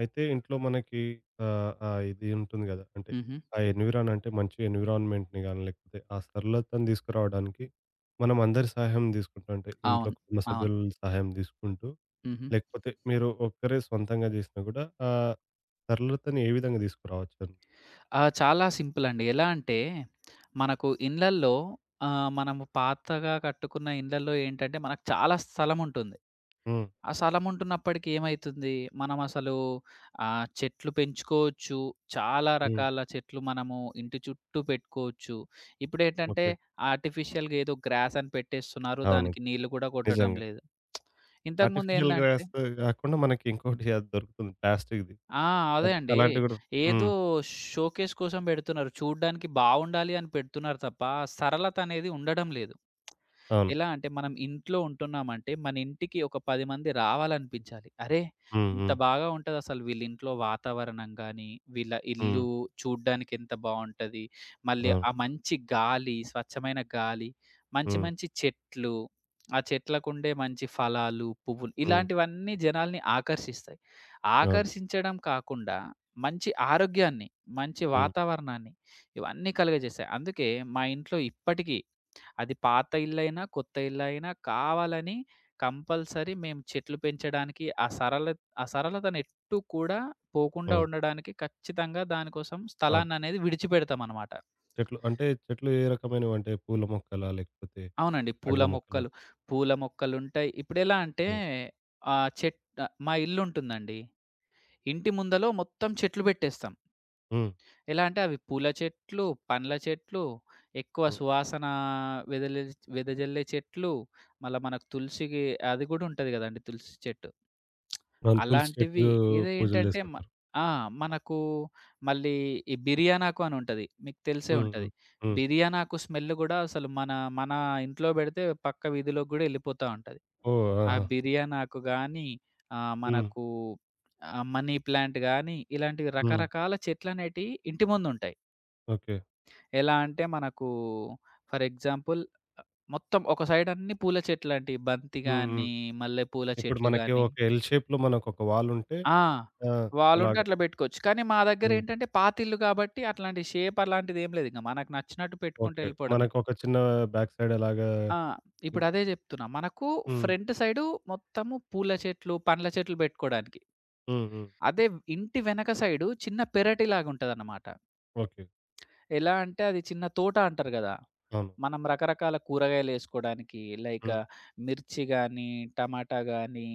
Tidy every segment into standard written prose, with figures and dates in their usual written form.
అయితే ఇంట్లో మనకి ఆహ్, ఆహ్, ఇది ఉంటుంది గదా! అంటే హుహు. ఆ ఎన్విరాన్ అంటే మంచి ఎన్విరాన్మెంట్‌ని గాని, లేకపోతే ఆ సరళతను తీసుకురావడానికి మనం అందరి సహాయం తీసుకుంటాం. అంటే ఇంట్లో అవును. కుటుంబ అవును. సభ్యుల సహాయం తీసుకుంటూ, హుహు. లేకపోతే మీరు ఒక్కరే సొంతంగా జేసినా గూడా ఆ సరళతని ఏ విధంగా తీసుకురావచ్చని? చాలా సింపుల్ అండి. ఎలా అంటే మనకు ఇండ్లల్లో మనము పాతగా కట్టుకున్న ఇండ్లల్లో ఏంటంటే మనకు చాలా స్థలం ఉంటుంది. హ్మ్. ఆ స్థలం ఉంటున్నప్పటికి ఏమైతుంది? మనం అసలు చెట్లు పెంచుకోవచ్చు. చాలా హ్మ్. రకాల చెట్లు మనము ఇంటి చుట్టూ పెట్టుకోవచ్చు. ఇప్పుడేంటంటే ఓకే. ఆర్టిఫిషియల్‌గా ఏదో గ్రాస్ అని పెట్టేస్తున్నారు. అవును. దానికి నీళ్లు కూడా కొట్టడం నిజంగా. లేదు. ఆర్టిఫిషియల్ ఇంతకుముందేందంటే గ్రాస్ గాకుండా మనకి ఇంకోటి అది దొరుకుతుంది ప్లాస్టిక్‌ది. ఆ! అదే అది అండి. అలాంటివి గూడా ఏదో హ్మ్. షోకేస్ కోసం పెడుతున్నారు. చూడ్డానికి బావుండాలి అని పెడుతున్నారు తప్ప, సరళత అనేది ఉండడం లేదు. అవును. ఎలా అంటే మనం ఇంట్లో ఉంటున్నామంటే మన ఇంటికి ఒక 10 మంది రావాలనిపించాలి. అరే! హ్మ్. ఇంత హ్మ్. బాగా ఉంటదసలు వీళ్ళ ఇంట్లో వాతావరణం గాని, వీళ్ళ హ్మ్. ఇల్లు చూడ్డానికి ఎంత బావుంటది. మళ్ళీ అవును. ఆ మంచి గాలి, స్వచ్ఛమైన గాలి, మంచి హ్మ్. మంచి చెట్లు, ఆ చెట్లకుండే మంచి ఫలాలు, పువ్వులు హ్మ్. ఇలాంటివన్నీ జనాల్ని ఆకర్షిస్తాయి. అవును. ఆకర్షించడం కాకుండా మంచి ఆరోగ్యాన్ని, మంచి హ్మ్. వాతావరణాన్ని ఇవన్నీ కలుగజేస్తాయి. అందుకే మా ఇంట్లో ఇప్పటికీ అది పాత ఇల్లైనా, కొత్త ఇల్లైనా కావాలని కంపల్సరీ మేము చెట్లు పెంచడానికి ఆ సరళతను ఎటు కూడా పోకుండా అవును. ఉండడానికి ఖచ్చితంగా దానికోసం అవును. స్థలాన్ననేది విడిచిపెడతామనమాట. చెట్లు అంటే చెట్లు ఏ రకమైనవి అంటే పూల మొక్కలా? లేకపోతే అవునండి. పూల పండ్ల మొక్కలా? మొక్కలు, పూల మొక్కలుంటాయి. ఇప్పుడెలా అంటే హ్మ్. ఆహ్, చెట్ మా ఇల్లుంటుందండి. ఇంటి ముందలో మొత్తం చెట్లు పెట్టేస్తాం. హ్మ్. ఎలా అంటే అవి పూల చెట్లు, పండ్ల చెట్లు, ఎక్కువ హ్మ్. సువాసన వెదలి వెదజల్లే చెట్లు, మళ్ళా మనకు తులసికి అది గూడా ఉంటది గదండీ! తులసి చెట్టు. అవును. తులసి అలాంటివి చెట్టు పూజలు ఇదేంటంటే మ చేస్తుంటారు. ఆ! మనకు మళ్ళీ ఈ బిర్యానాకు అని ఉంటది. మీకు తెలిసే హ్మ్. ఉంటది. హ్మ్. హ్మ్. బిర్యానాకు స్మెల్ గూడా అసలు మన మన ఇంట్లో బెడితే పక్క వీధిలోకి గూడా ఎళ్ళిపోతా ఉంటది. ఓహ్! ఆ ఆహా! బిర్యానాకు గానీ, ఆహ్, హ్మ్. మనకు మనీ ప్లాంట్ గానీ, ఇలాంటివి హ్మ్. రకరకాల చెట్లనేటియి ఇంటి ముందుంటాయి. ఓకే. ఎలా అంటే మనకు ఫర్ ఎగ్జాంపుల్ మొత్తం ఒక సైడ్ అన్ని పూల చెట్లండి. బంతి హ్మ్. హ్మ్. గాని, మల్లెపూల ఇప్పుడు చెట్లు మనకి గాని ఒక ఎల్ షేప్‌లో మనకొక వాల్ ఉంటే ఆ! ఆ! వాలుంటే అలాగా. అట్లా పెట్టుకోవచ్చు. కానీ మా హ్మ్. దగ్గరేంటంటే పాతిల్లు కాబట్టి అట్లాంటి షేప్ అలాంటిదేం లేదు. ఇంక మనకు నచ్చినట్టు పెట్టుకుంటూ ఓకే. ఎళ్ళిపోవడమే. మనకొక చిన్న బ్యాక్ సైడ్ అలాగా ఆ! హ్మ్. ఇప్పుడదే జెప్తున్నా. మనకు హ్మ్. ఫ్రంట్ సైడు మొత్తము పూల చెట్లు, పండ్ల చెట్లు బెట్టుకోడానికి. హ్మ్. అదే ఇంటి వెనక సైడు చిన్న పెరటిలాగుంటదన్నమాట. ఓకే. ఎలా అంటే అది చిన్న తోట అంటారు గదా! అవును. మనం రకరకాల కూరగాయలేసుకోడానికి లైక్ హ్మ్. మిర్చి గానీ, టమాటా గానీ,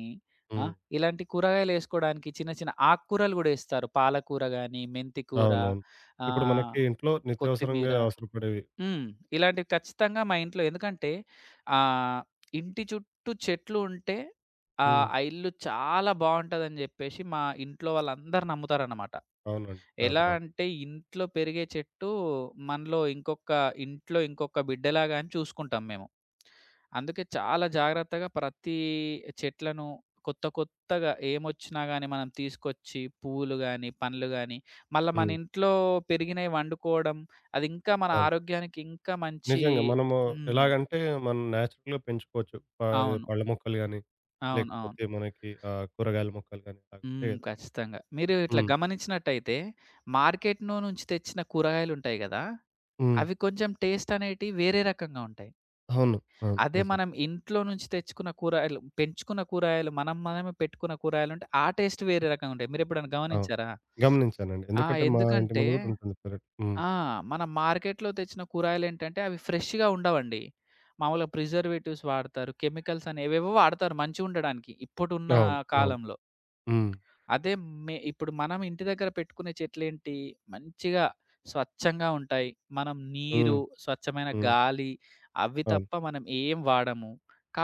ఆ! హ్మ్. ఇలాంటి కూరగాయలేసుకోడానికి చిన్న చిన్న ఆకుకూరలు గూడా ఏస్తారు. పాలకూర గానీ, మెంతి కూర, అవునవును. ఇప్పుడు ఆహ్, మనకి ఇంట్లో కొత్తిమీర. నిత్యవసరంగా అవసరపడేవి. హ్మ్. ఇలాంటివి ఖచ్చితంగా మా ఇంట్లో ఎందుకంటే ఆహ్, ఇంటి చుట్టూ చెట్లు ఉంటే హ్మ్. ఆ ఇల్లు చాలా బావుంటదని జెప్పేసి మా ఇంట్లో వాళ్ళందరూ నమ్ముతారనమాట. అవునండి. చాలా ఎలా బాగా అంటే ఇంట్లో పెరిగే చెట్టు మనలో ఇంకొక ఇంట్లో ఇంకొక బిడ్డలాగా అని చూసుకుంటాం మేము. అందుకే చాలా జాగ్రత్తగా ప్రతి చెట్లను కొత్త కొత్తగా ఏమొచ్చినా గాని మనం తీసుకొచ్చి పువ్వులు గాని, పండ్లు గాని మళ్ళా మన హ్మ్. ఇంట్లో పెరిగినయి వండుకోవడం అది ఇంకా మన అవును. ఆరోగ్యానికి ఇంకా మంచి. నిజంగా మనము హ్మ్. ఎలాగంటే మనం నేచురల్‌గా పెంచుకోవచ్చు. అవును. పళ్ళ మొక్కలు గాని, అవును. అవును. లేకపోతే మనకి కూరగాయల మొక్కలు గాని అలా ఉంటాయి హ్మ్. గదా! ఖచ్చితంగా. మీరు ఇట్లా హ్మ్. గమనించినట్టయితే మార్కెట్‌లో నుంచి తెచ్చిన కూరగాయలుంటాయి గదా! హ్మ్. అవి కొంచెం టేస్ట్ అనేటివి వేరే రకంగా ఉంటాయి. అవును. అవును. అదే నిజంగా. మనం ఇంట్లో నుంచి తెచ్చుకున్న కూరగాయలు, పెంచుకున్న కూరగాయలు, మనం మనమే పెట్టుకున్న కూరగాయలుంటే ఆ టేస్ట్ వేరే రకంగా ఉంటాయి. మీరెప్పుడైనా అవును. గమనించారా? గమనించానండి. ఆ! ఎందుకంటే మా ఇంటి ఎందుకంటే ముందు గూడా ఉంటుంది పెరట్. హ్మ్. ఆ! మన మార్కెట్‌లో తెచ్చిన కూరగాయలేంటంటే అవి ఫ్రెష్‌గా ఉండవండి. మామూలుగా ప్రిజర్వేటివ్స్ వాడతారు. కెమికల్స్ అని ఏవేవో వాడతారు మంచిగుండడానికి ఇప్పుడున్న అవును. అవును. కాలంలో. హ్మ్. అదే ఇప్పుడు మనం ఇంటి దగ్గర పెట్టుకునే చెట్లేంటి, మంచిగా స్వచ్ఛంగా ఉంటాయి. మనం నీరు, హ్మ్. స్వచ్ఛమైన హ్మ్. గాలి అవి అవును. తప్ప మనం ఏం వాడము.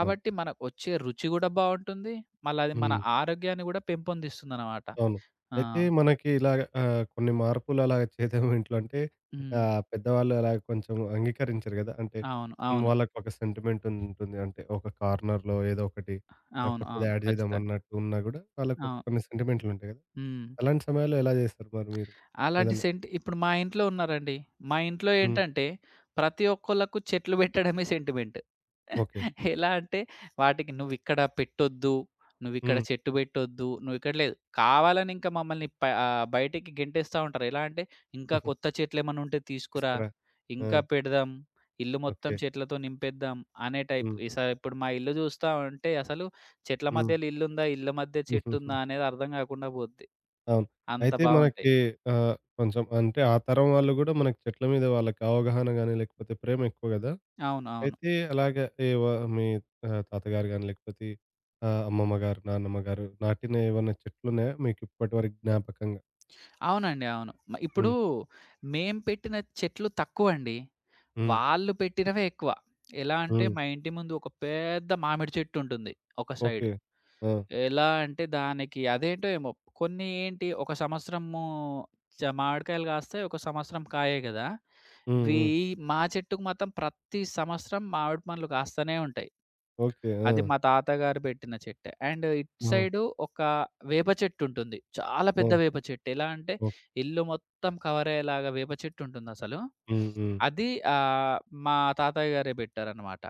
అవును. మనకొచ్చే రుచి గూడా బావుంటుంది. మళ్ళా అది మన హ్మ్. ఆరోగ్యాన్ని గూడా పెంపొందిస్తుందనమాట. అవును. ఆ! అయితే మనకి ఇలాగ కొన్ని మార్పులు అలాగ చేద్దాం ఇంట్లో అంటే హ్మ్. పెద్దవాళ్ళు అలాగ కొంచెం అంగీకరించరు గదా! అంటే అవును. అవును. వాళ్ళకి ఒక సెంటిమెంట్ ఉంటుంది. అంటే ఒక కార్నర్‌లో ఏదో ఒకటి అవును. కొత్తది అవును. యాడ్ చేద్దాం ఖచ్చితంగా. అన్నట్టు ఉన్నా గూడా వాళ్ళకి ఒక అవును. కొన్ని సెంటిమెంట్లు ఉంటాయి గదా! హ్మ్. అలాంటి సమయాల్లో ఎలా చేస్తారు మరి మీరు? అలాంటి ఏదన్నా సెంటి ఇప్పుడు మా ఇంట్లో ఉన్నారండి. మా ఇంట్లో హ్మ్. ఏంటంటే, ప్రతి ఒక్కళ్ళకు చెట్లు పెట్టడమే సెంటిమెంట్. ఓకే. ఎలా అంటే, వాటికి "నువ్విక్కడ పెట్టొద్దు, నువ్విక్కడ హ్మ్. చెట్టు పెట్టొద్దు, నువ్విక్కడ" లేదు. కావాలని ఇంకా మమ్మల్ని బయటికి గెంటేస్తా ఉంటారు. ఎలా అంటే, "ఇంకా కొత్త చెట్లేమన్నా ఉంటే తీసుకురా, తీసుకురా. ఆ! ఇంకా పెడదాం, ఇల్లు మొత్తం ఓకే. చెట్లతో నింపేద్దాం" అనే టైప్. హ్మ్. ఇప్పుడు మా ఇల్లు చూస్తా ఉంటే అసలు చెట్ల హ్మ్. మధ్యలో ఇల్లుందా, ఇళ్ళ మధ్య చెట్టుందా అనేది అర్థం కాకుండా పోద్ది. అవును. అంత అయితే బావుంటాయి. మనకి కొంచెం అంటే ఆ తరం వాళ్ళు గూడా మనకి చెట్ల మీద వాళ్ళకి అవగాహన గాని, లేకపోతే ప్రేమ ఎక్కువ గదా! అవును. అవును. అయితే అలాగా మీ తాతగారు గాని, లేకపోతే అమ్మమ్మ గారు, నాన్నమ్మ గారు నాటిన ఏవన్నా చెట్లున్నాయా మీకు ఇప్పటి వరకు జ్ఞాపకంగా? అవునండి. అవును. ఇప్పుడు హ్మ్. మేం పెట్టిన చెట్లు తక్కువండి. హ్మ్. వాళ్ళు పెట్టినవే ఎక్కువ. ఎలా అంటే హ్మ్. మా ఇంటి ముందు ఒక పెద్ద మామిడి చెట్టు ఉంటుంది ఒక సైడ్. ఓకే. ఆ! ఎలా అంటే దానికి అదేంటో ఏమో కొన్ని ఏంటి ఒక సంవత్సరము మామిడికాయలు కాస్తాయి. ఒక సంవత్సరం కాయే గదా! హ్మ్. వీ హ్మ్. మా చెట్టుకు మాత్రం ప్రతి సంవత్సరం మామిడి పండ్లు కాస్తనే ఉంటాయి. ఓకే. ఆ! అది మా తాతగారు పెట్టిన చెట్టే. అండ్ ఇటు ఆ! సైడు ఒక వేప చెట్టుంటుంది. చాలా ఆ! పెద్ద వేప చెట్టు. ఎలా అంటే ఓకే. ఇల్లు మొత్తం కవరయ్యేలాగా వేప చెట్టుంటుందసలు. హ్మ్. హ్మ్. అది ఆహ్, మా తాతయ్య గారే పెట్టారనమాట.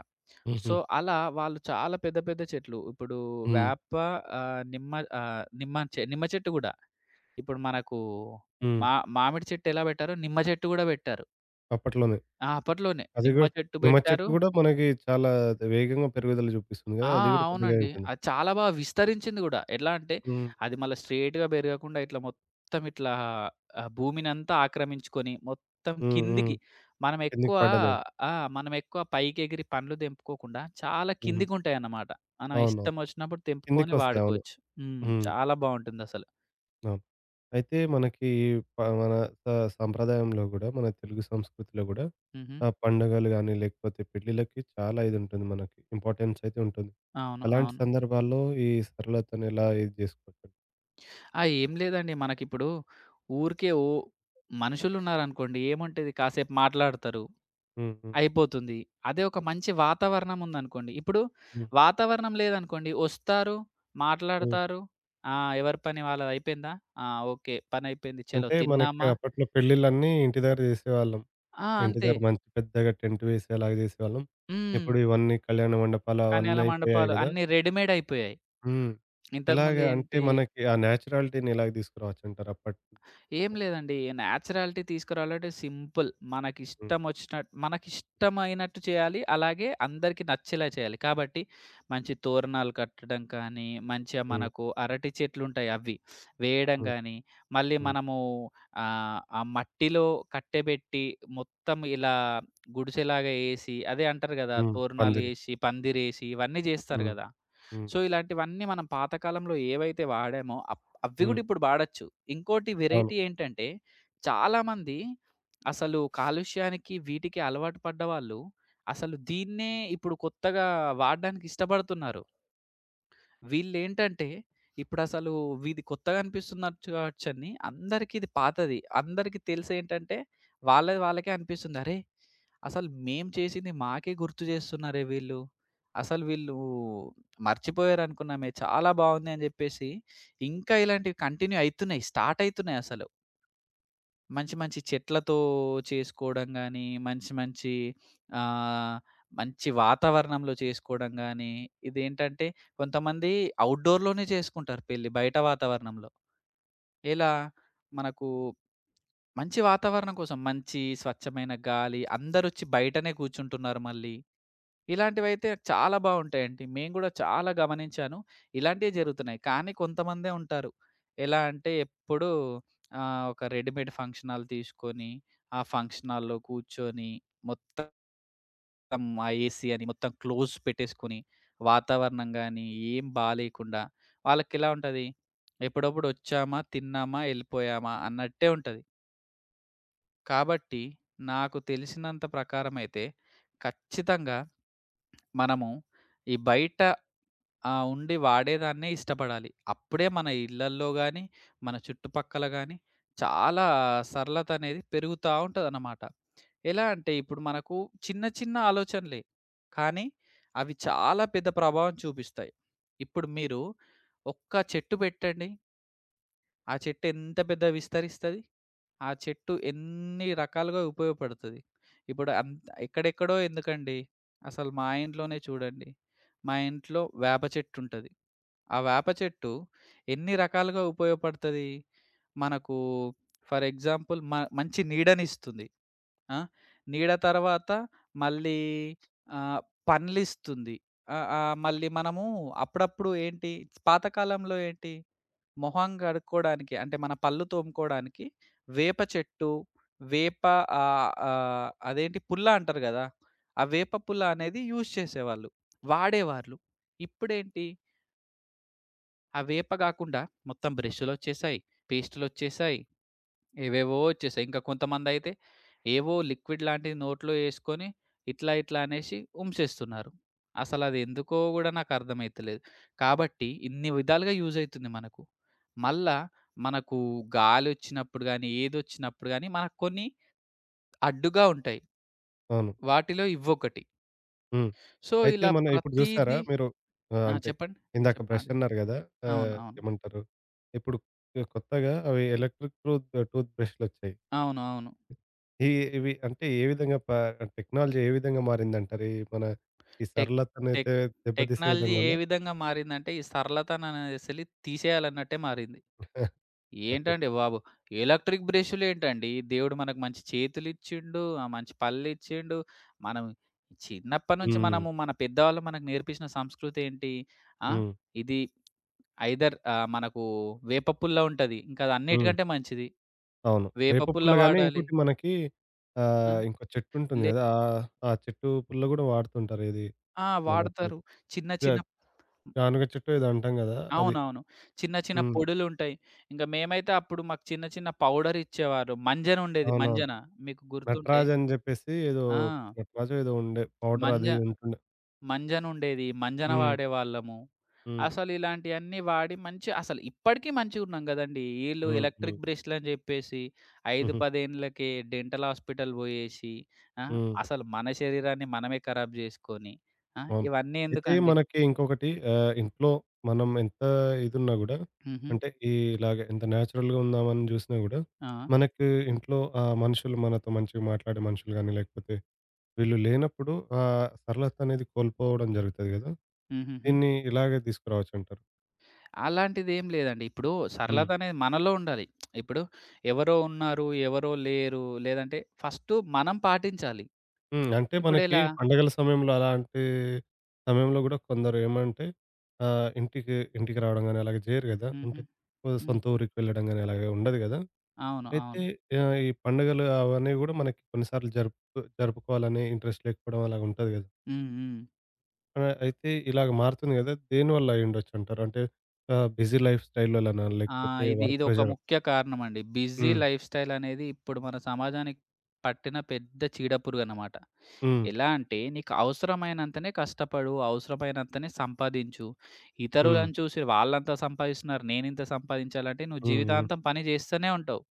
హుహు. సో, అలా వాళ్ళు చాలా పెద్ద పెద్ద చెట్లు. ఇప్పుడు హ్మ్. వేప ఆహ్, నిమ్మ ఆహ్, నిమ్మ చె నిమ్మ చెట్టు గూడా. ఇప్పుడు మనకు హ్మ్. మా మామిడి చెట్టు ఎలా పెట్టారో నిమ్మ చెట్టు గూడా పెట్టారు. అప్పట్లోనే. ఆ! అప్పట్లోనే అది నిమ్మ గూడా చెట్టు నిమ్మ చెట్టు పెట్టారు. గూడా మనకి చాలా వేగంగా పెరుగుదల జూపిస్తుంది గదా! ఆ! అది గూడా పెద్దగా అవునండి. ఉంటుంది. అది చాలా బాగా విస్తరించింది గూడా. ఎలా అంటే, హ్మ్. అది మళ్ళా స్ట్రెయిట్‌గా బెరగకుండా ఇట్లా మొత్తం ఇట్లా భూమినంతా ఆక్రమించుకొని, మొత్తం హ్మ్. హ్మ్. కిందికి మనం కిందకి ఎక్కువ పడ్డదే. ఆ! మనం ఎక్కువ పైకెగిరి పండ్లు తెంపుకోకుండా, చాలా హుహు. కిందికుంటాయన్నమాట. మనం అవునవును. ఇష్టం వచ్చినప్పుడు తెంపుకొని కిందకొస్తాయి. అవును. వాడుకోవచ్చు. హ్మ్. హ్మ్. చాలా బావుంటుందసలు. అవును. అయితే మనకి ప మన స సంప్రదాయంలో గూడా, మన తెలుగు సంస్కృతిలో గూడా హుహు. పండుగలు గాని, లేకపోతే పెళ్ళిళ్ళకి చాలా ఇదుంటుంది మనకి. ఇంపార్టెన్స్ అయితే ఉంటుంది. అవును. అలాంటి అవును. సందర్భాల్లో ఈ సరళతను ఎలా ఇది జేసుకోవచ్చు? ఆ! ఏం లేదండి. మనకిప్పుడు ఊరికే ఓ మనుషులున్నారనుకోండి ఏముంటది కాసేపు మాట్లాడతారు. హ్మ్. హ్మ్. అయిపోతుంది. అదే ఒక మంచి వాతావరణం ఉందనుకోండి. ఇప్పుడు హ్మ్. వాతావరణం లేదనుకోండి ఒస్తారు, హ్మ్. మాట్లాడతారు. ఆ! ఎవరి పని వాళ్ళదయిపోయిందా? ఆ! ఓకే. పనయిపోయింది. చలో అంటే మనకి తిన్నామా? అప్పట్లో పెళ్ళిళ్ళన్నీ ఇంటి దగ్గర జేసేవాళ్ళం. ఆ! ఇంటి అంతే. దగ్గర మంచి పెద్దగా టెంట్ వేసి అలాగ జేసేవాళ్ళం. హ్మ్. ఇప్పుడు ఇవన్నీ కళ్యాణ మండపాలు కన్యల అవన్నీ అయిపోయాయి మండపాలు గదా! అన్నీ రెడీమేడ్ అయిపోయాయి. హ్మ్. ఎలాగ అంటే ఇంతకుముందేంటి మనకి ఆ నేచురాలిటీని ఎలాగ తీసుకురావచ్చంటారు అప్పట్లో? ఏం లేదండి. నేచురాలిటీ తీసుకురావాలంటే సింపుల్. హ్మ్. మనకిష్టమైనట్టు చేయాలి. అలాగే అందరికి నచ్చేలా చేయాలి. కాబట్టి మంచి తోరణాలు కట్టడం కానీ, మంచిగా హ్మ్. మనకు అరటి చెట్లుంటాయి అవి వేయడం హ్మ్. గానీ, మళ్ళీ హ్మ్. మనము ఆ మట్టిలో కట్టెబెట్టి మొత్తం ఇలా గుడిసెలాగా ఏసి అదే అంటారు గదా! హ్మ్. పందిరి. తోరణాలేసి, పందిరేసి ఇవన్నీ జేస్తారు హ్మ్. గదా! హ్మ్. సో, ఇలాంటివన్నీ మనం పాతకాలంలో ఏవైతే వాడామో అవి హ్మ్. గూడా ఇప్పుడు వాడొచ్చు. ఇంకోటి అవును. వెరైటీ ఏంటంటే, చాలామంది అసలు కాలుష్యానికి, వీటికి అలవాటు పడ్డవాళ్ళు అసలు దీన్నే ఇప్పుడు కొత్తగా వాడడానికి ఇష్టపడుతున్నారు. వీళ్ళేంటంటే, ఇప్పుడసలు వీది కొత్తగా అనిపిస్తున్నట్టు కావచ్చని, అందరికి ఇది పాతది. అందరికి తెలిసేంటంటే, వాళ్ళది వాళ్ళకే అనిపిస్తుంది. అరే! అసలు మేము చేసింది మాకే గుర్తు చేస్తున్నారే వీళ్ళు. అసలు వీళ్ళు మర్చిపోయారనుకున్నామే. చాలా బావుంది అని జెప్పేసి, ఇంకా ఇలాంటివి కంటిన్యూ అయితున్నాయి. స్టార్ట్ అయితున్నాయసలు. మంచి మంచి చెట్లతో చేసుకోవడం గానీ, మంచి మంచి ఆహ్, మంచి వాతావరణంలో చేసుకోవడం గానీ, ఇదేంటంటే కొంతమంది ఔట్‌డోర్‌లోనే చేసుకుంటారు పెళ్లి బయట వాతావరణంలో. ఎలా? మనకు మంచి వాతావరణం కోసం మంచి స్వచ్ఛమైన గాలి అందరొచ్చి బయటనే కూర్చుంటున్నారు మళ్ళీ. ఇలాంటివైతే చాలా బావుంటాయండి. మేము గూడా చాలా గమనించాను. ఇలాంటియే జరుగుతున్నాయి. కానీ కొంతమందే ఉంటారు. ఎలా అంటే ఎప్పుడూ ఒక రెడీమేడ్ ఫంక్షన్ హాల్ తీసుకొని, ఆ ఫంక్షన్ హాల్‌లో కూర్చొని మొత్తం ఆ ఏసీ అని మొత్తం క్లోజ్ పెట్టేసుకొని, వాతావరణం గానీ ఏం బాలేకుండా వాళ్ళకెలా ఉంటది? ఎప్పుడప్పుడు ఒచ్చామా, తిన్నామా, ఎళ్ళిపోయామా అన్నట్టే ఉంటది. కాబట్టి నాకు తెలిసినంత ప్రకారమైతే ఖచ్చితంగా మనము ఈ బయట ఉండి వాడేదాన్నే ఇష్టపడాలి. అప్పుడే మన ఇళ్లల్లో గాని, మన చుట్టుపక్కల గాని చాలా సరళత అనేది పెరుగుతా ఉంటదనమాట. ఎలా అంటే ఇప్పుడు మనకు చిన్న చిన్న ఆలోచనలే. కానీ అవి చాలా పెద్ద ప్రభావం చూపిస్తాయి. ఇప్పుడు మీరు ఒక్క చెట్టు పెట్టండి. ఆ చెట్టు ఎంత పెద్దగా విస్తరిస్తది? ఆ చెట్టు ఎన్ని రకాలుగా ఉపయోగపడుతది. ఇప్పుడు అంత ఎక్కడెక్కడో ఎందుకండి, అసలు మా ఇంట్లోనే చూడండి. మా ఇంట్లో వేప చెట్టుంటది. ఆ వేప చెట్టు ఎన్ని రకాలుగా ఉపయోగపడతది. మనకు ఫర్ ఎగ్జాంపుల్ మంచి నీడనిస్తుంది. ఆ! నీడ తర్వాత మళ్ళీ ఆహ్, పండ్లిస్తుంది. ఆహ్, ఆహ్, మళ్ళీ మనము అప్పుడప్పుడు ఏంటి పాతకాలంలో ఏంటి మొహం కడుక్కోడానికి అంటే మన పళ్ళు తోముకోడానికి వేప చెట్టు, వేప అదేంటి పుల్ల అంటారు గదా! ఆ వేప పుల్ల అనేది యూజ్ చేసేవాళ్ళు. వాడేవాళ్ళు. ఇప్పుడేంటి ఆ వేప గాకుండా మొత్తం బ్రష్‌లొచ్చేసాయి, పేస్టులొచ్చేసాయి. ఏవేవో వచ్చేసాయి. ఇంకా కొంతమందయితే ఏవో లిక్విడ్ లాంటిది నోట్లో యేసుకొని ఇట్లా, ఇట్లా అనేసి ఉంసేస్తున్నారు. అసలది ఎందుకో గూడా నాకర్థమైతలేదు. కాబట్టి ఇన్ని విధాలుగా యూజ్ అయితుంది మనకు. మళ్ళా మనకు గాలొచ్చినప్పుడు గానీ, ఏదొచ్చినప్పుడు గానీ మనకు కొన్ని అడ్డుగా ఉంటాయి. అవును. వాటిలో ఇవొకటి. హ్మ్. సో, అయితే ఇలా మనం ఇప్పుడు చూసారా ప్రతీదీ. మీరు? ఆ! అంటే చెప్పండి. ఇందాక బ్రష్ అడగండి. అన్నారు గదా! అవును. అవును. ఏమంటారు? ఇప్పుడు కొత్తగా అవి ఎలక్ట్రిక్ టూత్ టూత్ బ్రష్‌లొచ్చాయి. అవును. అవును. ఈ ఇవి అంటే ఏ విధంగా టెక్నాలజీ ఏ విధంగా మారిందంటారు? ఈ టెక్ టెక్ సరళతనైతే దెబ్బతీసే టెక్నాలజీ విధంగా ఏ ఉందా? విధంగా మారిందంటే, ఈ సరళతననేదసలు తీసేయాలన్నట్టే మారింది. ఓకే. ఏంటండి బాబు! ఎలక్ట్రిక్ బ్రష్‌లేంటండి? దేవుడు మనకు మంచి చేతులిచ్చిండు, మంచి పళ్ళిచ్చిండు. మనం చిన్నప్పటి నుంచి హ్మ్. మనము మన పెద్దవాళ్ళు మనకు నేర్పించిన సంస్కృతేంటి? ఆ! హ్మ్. ఇది ఐదర్ మనకు వేప పుల్ల ఉంటది. ఇంకా హ్మ్. అదన్నిటికంటే మంచిది. అవును. వేప వేప పుల్ల పుల్ల గాని వాడాలి. ఇంకోటి మనకి ఆ! ఇంకో చెట్టు ఉంటుంది లే గదా! ఆహ్, ఆ చెట్టు పుల్ల గూడా వాడుతుంటారు. ఏది ఆ! మనకి వాడతారు. చిన్న గా చిన్న గానుగ చెట్టో ఏదో అంటాం గదా! అది. అవునవును. చిన్న చిన్న హ్మ్. పొడులుంటాయి. ఇంక మేమైతే అప్పుడు మాకు చిన్న చిన్న పౌడరిచ్చేవారు. మంజనుండేది. మంజన ఉండేది, అవునవును. మంజన మీకు గుర్తుంటే నటరాజ్ అని జెప్పేసి ఏదో ఆ! నటరాజో ఏదో ఉండే పౌడర్ మంజ అది ఉంటుండే. మంజనుండేది. మంజన హ్మ్. వాడేవాళ్ళము. హ్మ్. అసలిలాంటియన్నీ వాడి మంచి అసలు ఇప్పటికి మంచిగున్నాం గదండీ! ఈళ్ళు హ్మ్. హ్మ్. ఎలక్ట్రిక్ బ్రష్‌లని జెప్పేసి 5, హుహు. 10 ఏండ్లకే డెంటల్ హాస్పిటల్ బోయేసి ఆ! హ్మ్. అసలు మన శరీరాన్ని మనమే ఖరాబ్ జేసుకొని ఆ! అవును. ఇవన్నీ అయితే ఎందుకండి? మనకి ఇంకొకటి ఇంట్లో మనం ఎంత ఇదున్నా గూడా హుహు. అంటే ఈ ఇలాగ ఎంత నేచురల్‌గా ఉందామని జూసినా గూడా ఆ! మనకు ఇంట్లో ఆ మనుషులు మనతో మంచిగా మాట్లాడే మనుషులు గాని, లేకపోతే వీళ్ళు లేనప్పుడు ఆ సరళత అనేది కోల్పోవడం జరుగుతది గదా! హుహుహు. దీన్ని ఇలాగే తీసుకురావచ్చంటారు. అలాంటిదేం లేదండి. ఇప్పుడు హ్మ్. సరళత అనేది మనలో ఉండాలి. ఇప్పుడు ఎవరో ఉన్నారు, ఎవరో లేరు లేదంటే ఫస్టు మనం పాటించాలి. హ్మ్. అంటే మనకి ఇప్పుడెలా? పండగల సమయంలో అలాంటి సమయంలో గూడా కొందరు ఏమంటే ఇంటికి ఇంటికి రావడం గాని అలాగే జేయరు గదా! హుహు. అంటే ఓ హ్మ్. సొంత ఊరికి వెళ్ళడం గాని అలాగే ఉండదు గదా! అవును. అయితే అవును. ఈ పండుగలు అవన్నీ గూడా మనకి కొన్నిసార్లు జరుపుకోవాలనే ఇంట్రెస్ట్ లేకపోవడం అలాగుంటది గదా! హ్మ్. హ్మ్. అయితే ఇలాగ మారుతుంది గదా! దేనివల్ల అయ్యుండొచ్చంటారు? అంటే బిజీ లైఫ్ స్టైల్ వల్లనా? ఆ! లేకపోతే ఇది వర్క్ ఇదొక ప్రెషర్ ముఖ్య కారణమండి. బిజీ హ్మ్. లైఫ్‌స్టైల్ అనేది ఇప్పుడు మన సమాజానికి పట్టిన పెద్ద చీడపురుగనమాట. హ్మ్. ఎలా అంటే నీకు అవసరమైనంతనే కష్టపడు, అవసరమైనంతనే సంపాదించు. హ్మ్. ఇతరులను చూసి వాళ్ళంత సంపాదిస్తున్నారు నేనింత సంపాదించాలంటే నువ్వు హ్మ్. హ్మ్. జీవితాంతం పని జేస్తూనే ఉంటావు.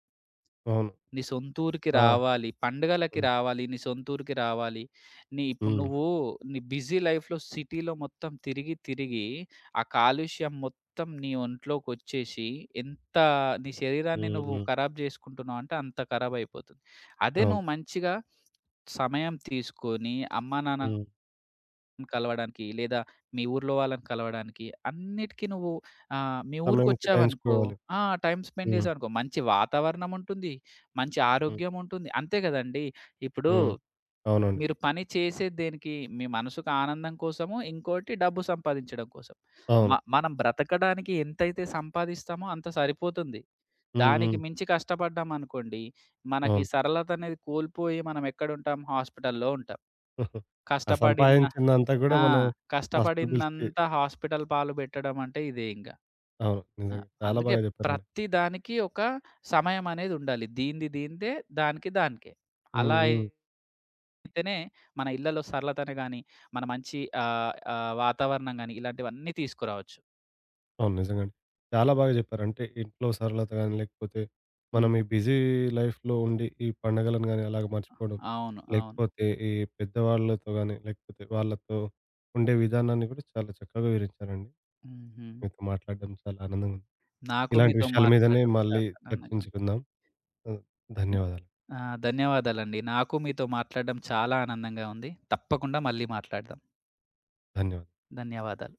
అవును. నీ సొంతూరికి ఆ! రావాలి. పండుగలకి హ్మ్. రావాలి. నీ సొంతూరికి రావాలి. నీ ఇప్పుడు హ్మ్. నువ్వు నీ బిజీ లైఫ్‌లో సిటీలో మొత్తం తిరిగి, తిరిగి ఆ కాలుష్యం మొత్తం నీ ఒంట్లోకొచ్చేసి ఎంత నీ శరీరాన్ని హ్మ్. నువ్వు హ్మ్. ఖరాబ్ చేసుకుంటున్నావు అంటే అంత ఖరాబ్ అయిపోతుంది. అదే అవును. నువ్వు మంచిగా సమయం తీసుకొని అమ్మానాన్న హ్మ్. కలవడానికి, లేదా మీ ఊర్లో వాళ్ళని కలవడానికి అన్నిటికి నువ్వు మీ సమయం ఊరికొచ్చావనుకో కేటాయించుకోవాలి. ఆ! టైమ్ స్పెండ్ హ్మ్. చేసావనుకో మంచి వాతావరణం ఉంటుంది. మంచి హ్మ్. ఆరోగ్యం ఉంటుంది. అంతే కదండీ! ఇప్పుడు హ్మ్. అవునండి. మీరు పని చేసేది దేనికి? మీ మనసుకు ఆనందం కోసము, ఇంకోటి డబ్బు సంపాదించడం కోసం. అవును. మనం బ్రతకడానికి ఎంతైతే సంపాదిస్తామో అంత సరిపోతుంది. హ్మ్. దానికి హ్మ్. మించి కష్టపడ్డామనుకోండి, మనకి అవును. సరళత అనేది కోల్పోయి మనం ఎక్కడుంటాం? హాస్పిటల్‌లో ఉంటాం. ఆ కష్టపడిన సంపాదించిందంతా గూడా ఆ! మనం హాస్పిటల్ బిల్స్‌కి కష్టపడిందంతా హాస్పిటల్ పాలు పెట్టడం అంటే ఇదే ఇంగ. అవును. ఆ! నిజంగా. చాలా అందుకే బాగా జెప్పారండి. ప్రతి దానికి ఒక సమయం అనేది ఉండాలి. దీనిది దీనిదే, దానికి దానికే. హ్మ్. అలా హ్మ్. అయితేనే మన ఇళ్లలో సరళతను గాని, మన మంచి ఆహ్, ఆహ్, వాతావరణం గాని ఇలాంటివన్నీ తీసుకురావచ్చు. అవును. నిజంగానే. చాలా బాగా జెప్పారు. అంటే ఇంట్లో సరళత గాని, లేకపోతే మనం హ్మ్. ఈ బిజీ లైఫ్‌లో ఉండి ఈ పండగలను గాని అలాగ మర్చిపోవడం, అవును. అవును. లేకపోతే ఈ పెద్దవాళ్ళతో గాని, లేకపోతే వాళ్ళతో ఉండే విధానాన్ని గూడా చాలా చక్కగా వివరించారండి. హుహు. మీతో మాట్లాడడం చాలా ఆనందంగా ఉంది. నాకు ఇలాంటి మీతో విషయాల మీదనే మాట్లాడడం మళ్ళీ చాలా ఆనందంగా ఉంది. చర్చించుకుందాం. ఆహ్, ధన్యవాదాలు. ఆ! ధన్యవాదాలండి. నాకు మీతో మాట్లాడడం చాలా ఆనందంగా ఉంది. తప్పకుండా మళ్ళీ మాట్లాడదాం. ధన్యవాదాలు. ధన్యవాదాలు.